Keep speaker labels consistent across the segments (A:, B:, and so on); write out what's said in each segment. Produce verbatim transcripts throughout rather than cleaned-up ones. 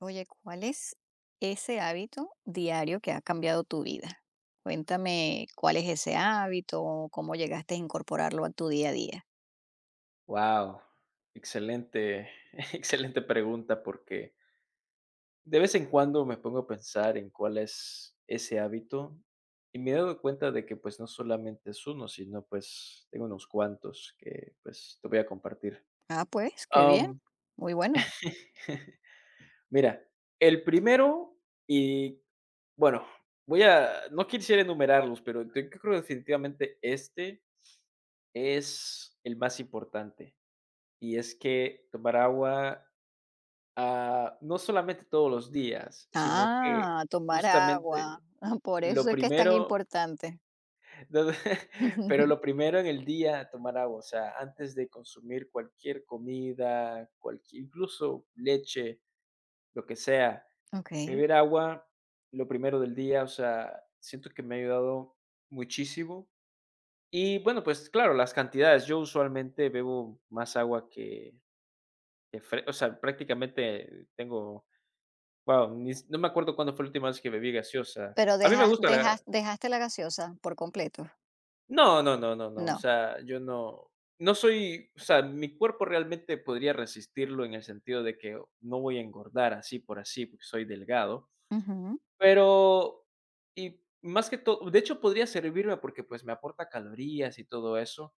A: Oye, ¿cuál es ese hábito diario que ha cambiado tu vida? Cuéntame cuál es ese hábito, cómo llegaste a incorporarlo a tu día a día.
B: Wow, excelente, excelente pregunta porque de vez en cuando me pongo a pensar en cuál es ese hábito y me he dado cuenta de que, pues, no solamente es uno, sino, pues, tengo unos cuantos que, pues, te voy a compartir.
A: Ah, pues, qué bien,
B: Am,
A: muy bueno.
B: mira, el primero y, bueno, voy a, no quisiera enumerarlos, pero yo creo definitivamente este es el más importante, y es que tomar agua, Ah, no solamente todos los días, sino que,
A: Ah, tomar agua.
B: justamente,
A: Ah, por eso
B: lo
A: es que es tan
B: primero,
A: importante.
B: pero lo primero en el día, tomar agua, o sea, antes de consumir cualquier comida, cualquier, incluso leche, lo que sea,
A: Ok.
B: beber agua, lo primero del día. O sea, siento que me ha ayudado muchísimo. Y, bueno, pues, claro, las cantidades, yo usualmente bebo más agua que que fre, o sea, prácticamente tengo. Guau, ni s no me acuerdo cuándo fue la última vez que bebí gaseosa.
A: Pero
B: A mí me
A: deja-
B: gusta la
A: dejas- dejaste la gaseosa por completo.
B: no, no, no, no, no, o
A: No.
B: sea, yo no no soy, o sea, mi cuerpo realmente podría resistirlo en el sentido de que no voy a engordar así por así, porque soy delgado,
A: Ujú.
B: pero y más que todo, de hecho, podría servirme porque, pues, me aporta calorías y todo eso,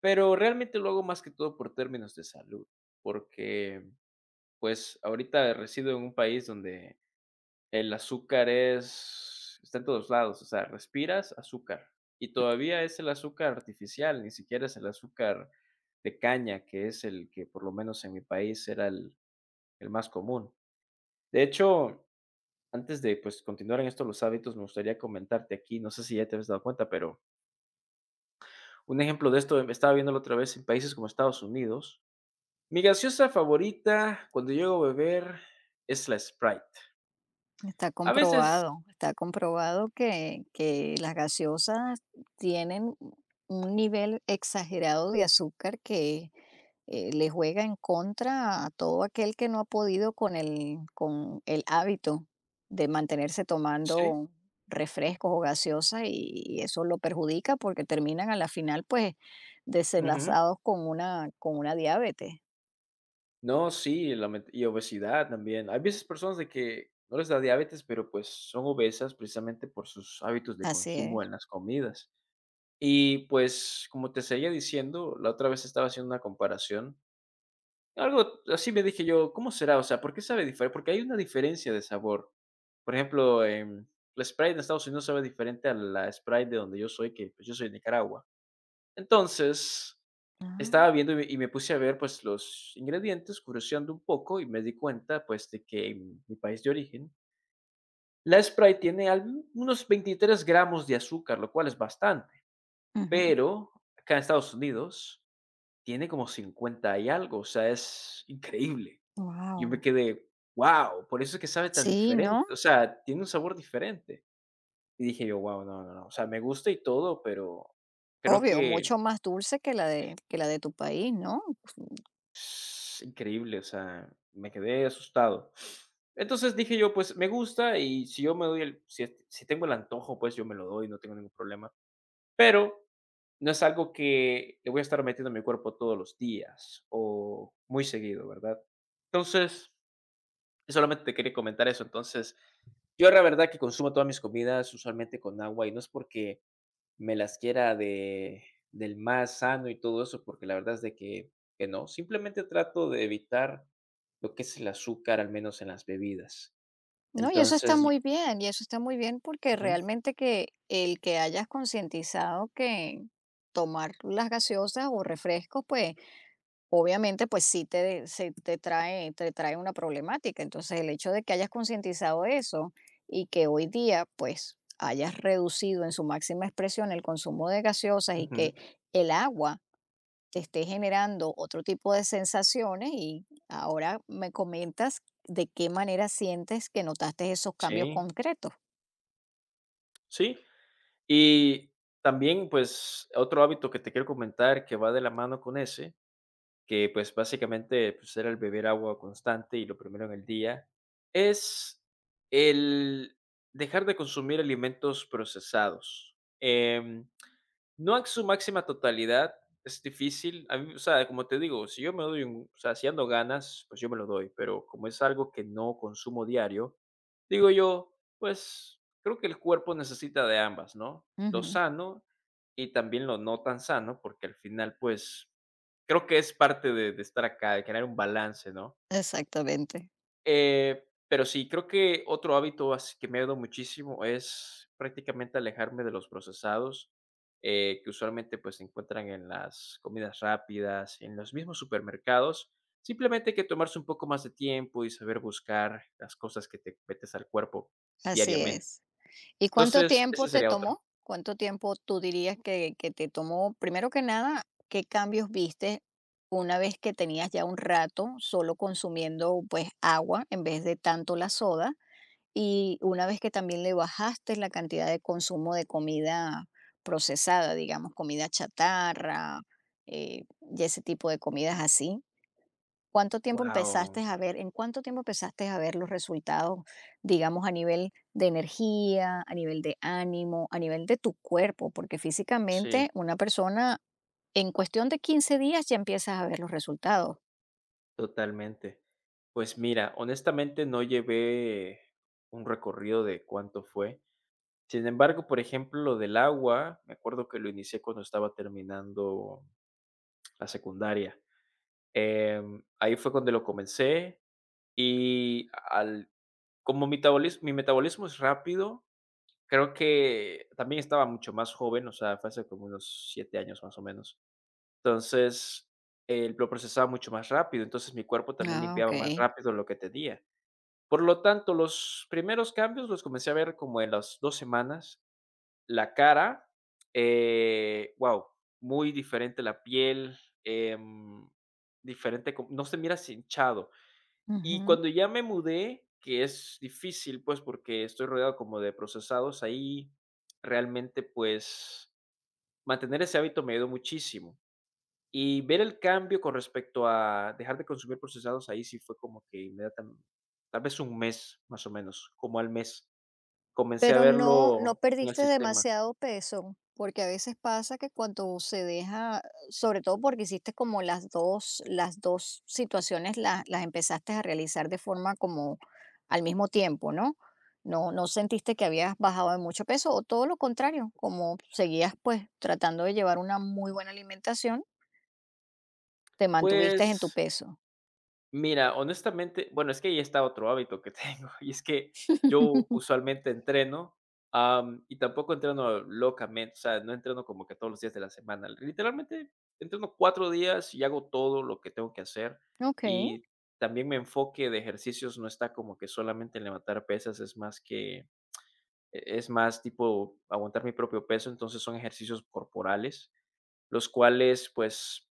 B: pero realmente lo hago más que todo por términos de salud, porque, pues, ahorita resido en un país donde el azúcar es está en todos lados, o sea, respiras azúcar, y todavía es el azúcar artificial, ni siquiera es el azúcar de caña, que es el que, por lo menos en mi país, era el el más común. De hecho, antes de, pues, continuar en esto los hábitos, me gustaría comentarte aquí, no sé si ya te habías dado cuenta, pero un ejemplo de esto, em, estaba viéndolo otra vez en países como Estados Unidos. Mi gaseosa favorita cuando llego a beber es la Sprite.
A: Está
B: A veces
A: comprobado, está comprobado que, que las gaseosas tienen un nivel exagerado de azúcar que eh, le juega en contra a todo aquel que no ha podido con el, con el hábito de mantenerse
B: sí,
A: tomando refrescos o gaseosas y, y eso lo perjudica porque terminan a la final pues
B: ujú.
A: desenlazados con una, con una diabetes.
B: No, sí, lament y obesidad también. Hay veces personas de que no les da diabetes, pero, pues, son obesas precisamente por sus hábitos de
A: Así
B: consumo en
A: es.
B: las comidas. Y, pues, como te seguía diciendo, la otra vez estaba haciendo una comparación, algo así, me dije yo: "¿Cómo será? O sea, ¿por qué sabe diferente? Porque hay una diferencia de sabor". Por ejemplo, em, la Sprite en Estados Unidos sabe diferente a la Sprite de donde yo soy, que, pues, yo soy de Nicaragua. Entonces,
A: Ah,
B: estaba viendo y me y me puse a ver, pues, los ingredientes, curioseando un poco, y me di cuenta, pues, de que en mi país de origen, la Sprite tiene al unos veintitrés gramos de azúcar, lo cual es bastante,
A: ujú.
B: pero acá en Estados Unidos tiene como cincuenta y algo, o sea, es increíble. Yo me
A: Wow.
B: quedé: "¡Wow! Por eso es que sabe tan
A: Sí,
B: diferente",
A: ¿no?
B: o sea, tiene un sabor diferente. Y dije yo: "¡Wow! No, no, no", o sea, me gusta y todo, pero creo
A: Obvio,
B: que
A: mucho más dulce que la de que la de tu país, ¿no?
B: increíble, o sea, me quedé asustado. Entonces dije yo, pues me gusta, y si yo me doy el, si, es- si tengo el antojo, pues yo me lo doy, no tengo ningún problema. Pero no es algo que le voy a estar metiendo en mi cuerpo todos los días o muy seguido, ¿verdad? Entonces, solamente te quería comentar eso. Entonces, yo la verdad que consumo todas mis comidas usualmente con agua, y no es porque me las quiera de del más sano y todo eso, porque la verdad es de que que no. Simplemente trato de evitar lo que es el azúcar, al menos en las bebidas.
A: No, y eso está
B: Entonces y-
A: muy bien, y eso está muy bien porque
B: ujú,
A: realmente que el que hayas concientizado que tomar las gaseosas o refrescos, pues, obviamente, pues sí te de- se te trae te trae una problemática. Entonces, el hecho de que hayas concientizado eso y que hoy día, pues, hayas reducido en su máxima expresión el consumo de gaseosas y que
B: ujú,
A: el agua te esté generando otro tipo de sensaciones y ahora me comentas de qué manera sientes que notaste esos cambios
B: sí,
A: concretos.
B: sí. Y también, pues, otro hábito que te quiero comentar que va de la mano con ese, que, pues, básicamente, pues, era el beber agua constante y lo primero en el día, es el dejar de consumir alimentos procesados. Em, No en su máxima totalidad, es difícil. A mí, o sea, como te digo, si yo me doy un o sea, si ando ganas, pues yo me lo doy, pero como es algo que no consumo diario, digo yo, pues creo que el cuerpo necesita de ambas, ¿no? Lo
A: Ujú,
B: sano y también lo no tan sano, porque al final, pues, creo que es parte de de estar acá, de crear un balance, ¿no?
A: exactamente,
B: Eh, pero sí, creo que otro hábito así que me ha ayudado muchísimo es prácticamente alejarme de los procesados, eh, que usualmente, pues, se encuentran en las comidas rápidas, en los mismos supermercados. Simplemente hay que tomarse un poco más de tiempo y saber buscar las cosas que te metes al cuerpo
A: así
B: diariamente.
A: es. ¿Y cuánto
B: Entonces,
A: tiempo
B: ese
A: te
B: sería otro.
A: tomó? ¿Cuánto tiempo tú dirías que, que te tomó? Primero que nada, ¿qué cambios viste una vez que tenías ya un rato solo consumiendo pues agua en vez de tanto la soda? Y una vez que también le bajaste la cantidad de consumo de comida procesada, digamos, comida chatarra, eh, y ese tipo de comidas así, ¿cuánto tiempo
B: Wow,
A: empezaste a ver, en cuánto tiempo empezaste a ver los resultados, digamos, a nivel de energía, a nivel de ánimo, a nivel de tu cuerpo? Porque
B: sí,
A: físicamente una persona en cuestión de quince días ya empiezas a ver los resultados.
B: totalmente. Pues mira, honestamente no llevé un recorrido de cuánto fue. Sin embargo, por ejemplo, lo del agua, me acuerdo que lo inicié cuando estaba terminando la secundaria. Em, ahí fue cuando lo comencé y al como metabolis mi metabolismo es rápido, creo que también estaba mucho más joven, o sea, fue hace como unos siete años más o menos. Entonces, eh, lo procesaba mucho más rápido, entonces mi cuerpo también
A: Ah,
B: limpiaba
A: ok.
B: más rápido lo que tenía. Por lo tanto, los primeros cambios los comencé a ver como en las dos semanas. La cara, eh, wow, muy diferente la piel, em, diferente, com- no se mira así hinchado. Y
A: Ujú.
B: cuando ya me mudé, que es difícil, pues porque estoy rodeado como de procesados, ahí realmente, pues, mantener ese hábito me ayudó muchísimo. Y ver el cambio con respecto a dejar de consumir procesados, ahí sí fue como que inmediatamente, tal vez un mes más o menos, como al mes, comencé a
A: Pero no, no
B: verlo en el
A: perdiste
B: sistema.
A: demasiado peso, porque a veces pasa que cuando se deja, sobre todo porque hiciste como las dos, las dos situaciones las, las empezaste a realizar de forma como al mismo tiempo, ¿no? No, no sentiste que habías bajado de mucho peso, o todo lo contrario, como seguías pues tratando de llevar una muy buena alimentación, te mantuviste
B: Pues
A: en tu peso.
B: mira, honestamente, bueno, es que ahí está otro hábito que tengo, y es que yo usualmente entreno, am, y tampoco entreno locamente, o sea, no entreno como que todos los días de la semana. Literalmente entreno cuatro días y hago todo lo que tengo que hacer,
A: Ok,
B: y también mi enfoque de ejercicios no está como que solamente en levantar pesas, es más que e es más tipo aguantar mi propio peso, entonces son ejercicios corporales, los cuales, pues,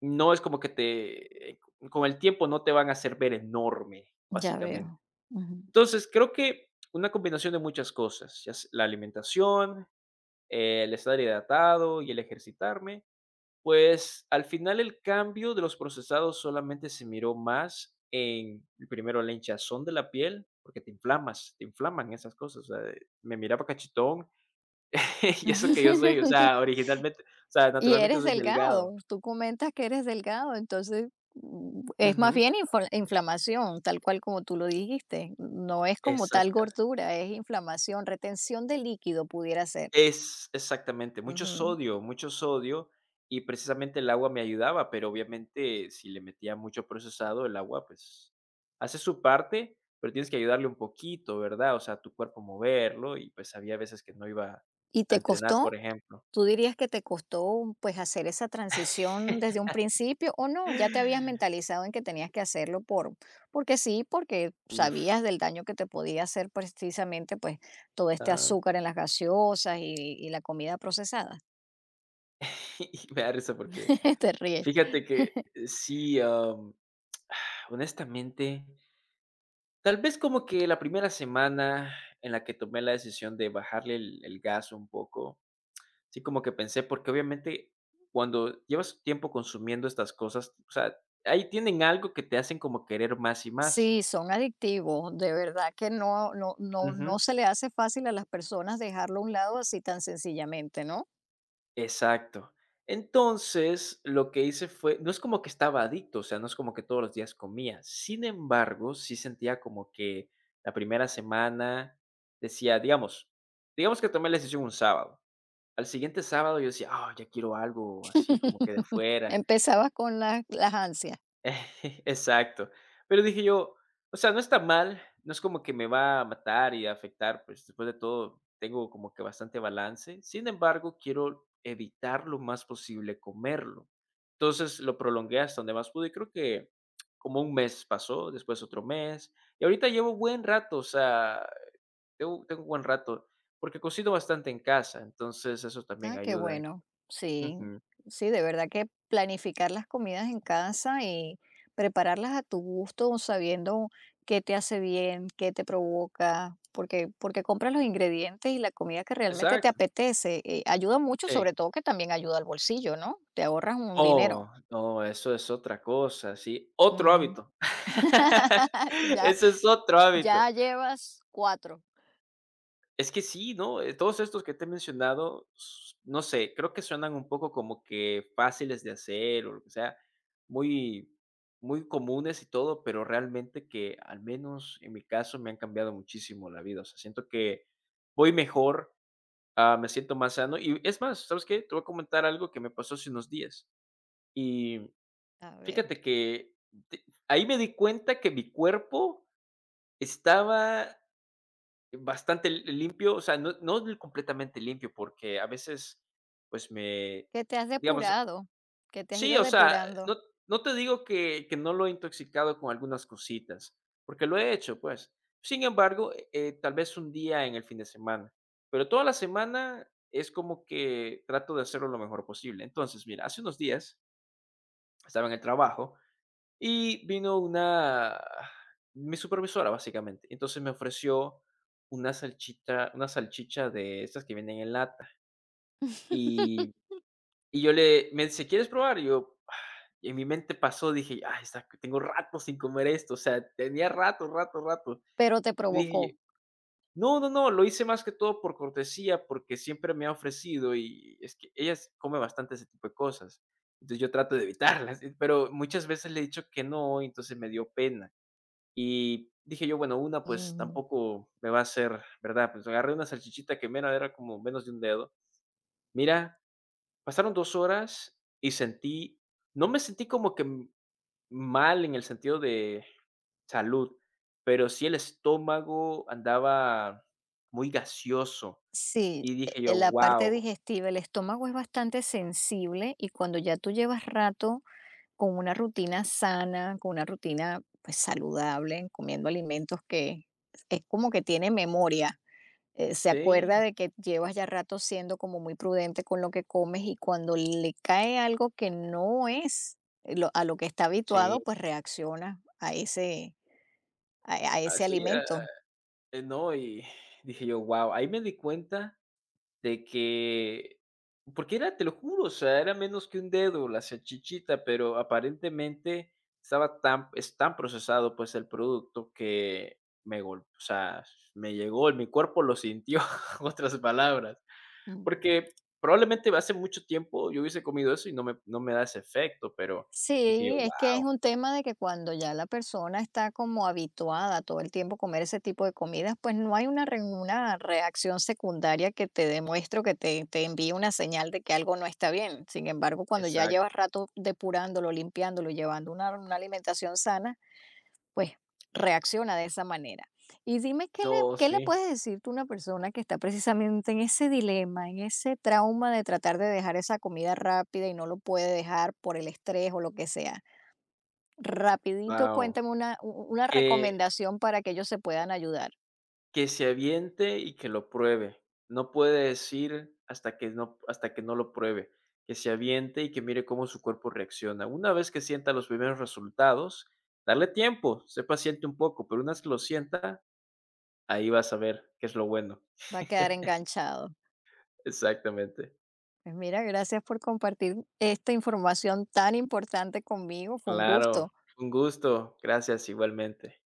B: no es como que te eh, con el tiempo no te van a hacer ver enorme,
A: ya
B: básicamente.
A: veo. Ujú.
B: Entonces, creo que una combinación de muchas cosas, ya s la alimentación, eh, el estar hidratado y el ejercitarme, pues, al final el cambio de los procesados solamente se miró más en, primero, la hinchazón de la piel, porque te inflamas, te inflaman esas cosas, o sea, eh, me miraba cachetón, y eso que yo soy, o sea, originalmente, o sea,
A: Y
B: naturalmente
A: eres
B: soy delgado.
A: delgado, tú comentas que eres delgado, entonces, mm, es más
B: Ujú,
A: bien infor inflamación, tal cual como tú lo dijiste, no es como tal
B: exacto.
A: gordura, es inflamación, retención de líquido pudiera ser.
B: Es exactamente, mucho
A: Ujú.
B: sodio, mucho sodio, y precisamente el agua me ayudaba, pero obviamente si le metía mucho procesado, el agua, pues, hace su parte, pero tienes que ayudarle un poquito, ¿verdad? O sea, tu cuerpo moverlo, y, pues, había veces que no iba
A: ¿Y
B: a
A: te
B: entrenar,
A: costó?
B: por ejemplo.
A: ¿Tú dirías que te costó, pues, hacer esa transición desde un principio o no? Ya te habías mentalizado en que tenías que hacerlo por porque sí, porque
B: Uf,
A: sabías del daño que te podía hacer precisamente, pues, todo este
B: am,
A: azúcar en las gaseosas y y la comida procesada.
B: y me da risa porque
A: Te ríes.
B: fíjate que eh, sí, am, honestamente, tal vez como que la primera semana en la que tomé la decisión de bajarle el el gas un poco, sí como que pensé, porque obviamente cuando llevas tiempo consumiendo estas cosas, o sea, ahí tienen algo que te hacen como querer más y más.
A: Sí, son adictivos, de verdad que no no no no
B: Ujú.
A: se le hace fácil a las personas dejarlo a un lado así tan sencillamente, ¿no?
B: Exacto. Entonces, lo que hice fue, no es como que estaba adicto, o sea, no es como que todos los días comía. Sin embargo, sí sentía como que la primera semana decía, digamos, digamos que tomé la decisión un sábado. Al siguiente sábado yo decía: "Ah, ya quiero algo así como que de afuera".
A: Empezabas con las las ansias.
B: Exacto. Pero dije yo: "O sea, no está mal, no es como que me va a matar y a afectar, pues, después de todo, tengo como que bastante balance. Sin embargo, quiero evitar lo más posible comerlo". Entonces, lo prolongué hasta donde más pude, y creo que como un mes pasó, después otro mes, y ahorita llevo buen rato, o sea, tengo tengo buen rato, porque cocino bastante en casa, entonces eso también
A: Ah, qué
B: ayuda.
A: bueno. Sí,
B: Ujú.
A: sí, de verdad que planificar las comidas en casa y prepararlas a tu gusto, sabiendo qué te hace bien, qué te provoca, porque, porque compras los ingredientes y la comida que realmente te
B: Exacto,
A: apetece, eh, ayuda mucho,
B: sí.
A: sobre todo que también ayuda al bolsillo, ¿no? Te ahorras un dinero.
B: Oh, no, eso es otra cosa, sí, otro
A: Ujú.
B: hábito.
A: Tú ya,
B: Ese es otro hábito.
A: ya llevas cuatro.
B: Es que sí, ¿no? Eh, todos estos que te he mencionado, s no sé, creo que suenan un poco como que fáciles de hacer, o lo que sea, muy muy comunes y todo, pero realmente que, al menos en mi caso, me han cambiado muchísimo la vida. O sea, siento que voy mejor, ah, me siento más sano, y es más, ¿sabes qué? Te voy a comentar algo que me pasó hace unos días. Y
A: A ver,
B: fíjate que te ahí me di cuenta que mi cuerpo estaba bastante li limpio, o sea, no no del completamente limpio, porque a veces, pues, me
A: que te has
B: digamos,
A: depurado, que te has
B: sí,
A: ido
B: o sea,
A: depurando,
B: no no te digo que que no lo he intoxicado con algunas cositas, porque lo he hecho, pues. Sin embargo, eh, eh, tal vez un día en el fin de semana, pero toda la semana es como que trato de hacerlo lo mejor posible. Entonces, mira, hace unos días estaba en el trabajo. Y vino una mi supervisora, básicamente. Entonces me ofreció una salchita una salchicha de estas que vienen en lata. Y y yo le me dice: "¿Quieres probar?". Y yo, ah, en mi mente pasó, dije: "Ay, está tengo rato sin comer esto", o sea, tenía rato, rato, rato.
A: pero te
B: Y
A: provocó.
B: dije: "No, no, no". Lo hice más que todo por cortesía, porque siempre me ha ofrecido, y es que ella s come bastante ese tipo de cosas. Entonces yo trato de evitarlas, eh, pero muchas veces le he dicho que no, entonces me dio pena. Y dije yo, bueno, una, pues,
A: Ujú.
B: tampoco me va a hacer, ¿verdad? Pues agarré una salchichita que, mira, era como menos de un dedo. Mira, pasaron dos horas y sentí, no me sentí como que m- mal en el sentido de salud, pero sí el estómago andaba muy gaseoso.
A: Sí,
B: Y dije
A: eh,
B: yo,
A: la parte
B: wow,
A: digestiva, el estómago es bastante sensible y cuando ya tú llevas rato con una rutina sana, con una rutina pues saludable, comiendo alimentos que es como que tiene memoria, eh, se acuerda
B: sí,
A: de que llevas ya rato siendo como muy prudente con lo que comes y cuando le cae algo que no es eh, lo- a lo que está
B: sí,
A: habituado, pues reacciona a ese, a a ese
B: así, ah,
A: alimento.
B: eh, no, y dije yo, wow, ahí me di cuenta de que, porque era, te lo juro, o sea, era menos que un dedo la salchichita, pero aparentemente estaba tan es tan procesado, pues, el producto que me gol o sea, me llegó, mi cuerpo lo sintió, en otras palabras,
A: Mm.
B: porque probablemente hace mucho tiempo yo hubiese comido eso, y no me no me da ese efecto, pero dije
A: Sí,
B: yo:
A: es que es
B: "Guau",
A: un tema de que cuando ya la persona está como habituada todo el tiempo a comer ese tipo de comidas, pues no hay una, re- una reacción secundaria que te demuestre o que te, te envíe una señal de que algo no está bien. Sin embargo, cuando ya llevas
B: exacto,
A: rato depurándolo, limpiándolo, llevando una, una alimentación sana, pues reacciona de esa manera. Y dime, ¿qué le, ¿qué le
B: sí,
A: puedes decir tú a una persona que está precisamente en ese dilema, en ese trauma de tratar de dejar esa comida rápida y no lo puede dejar por el estrés o lo que sea? Rapidito,
B: wow,
A: cuéntame una, u- una
B: eh
A: recomendación para que ellos se puedan ayudar.
B: que se aviente y que lo pruebe. No puede decir hasta que no hasta que no lo pruebe. Que se aviente y que mire cómo su cuerpo reacciona. Una vez que sienta los primeros resultados, darle tiempo, sé paciente un poco, pero una vez que lo sienta, ahí vas a ver qué es lo bueno.
A: Va a quedar enganchado.
B: Exactamente.
A: Pues mira, gracias por compartir esta información tan importante conmigo. Fue un
B: Claro,
A: gusto.
B: un gusto. Gracias, igualmente.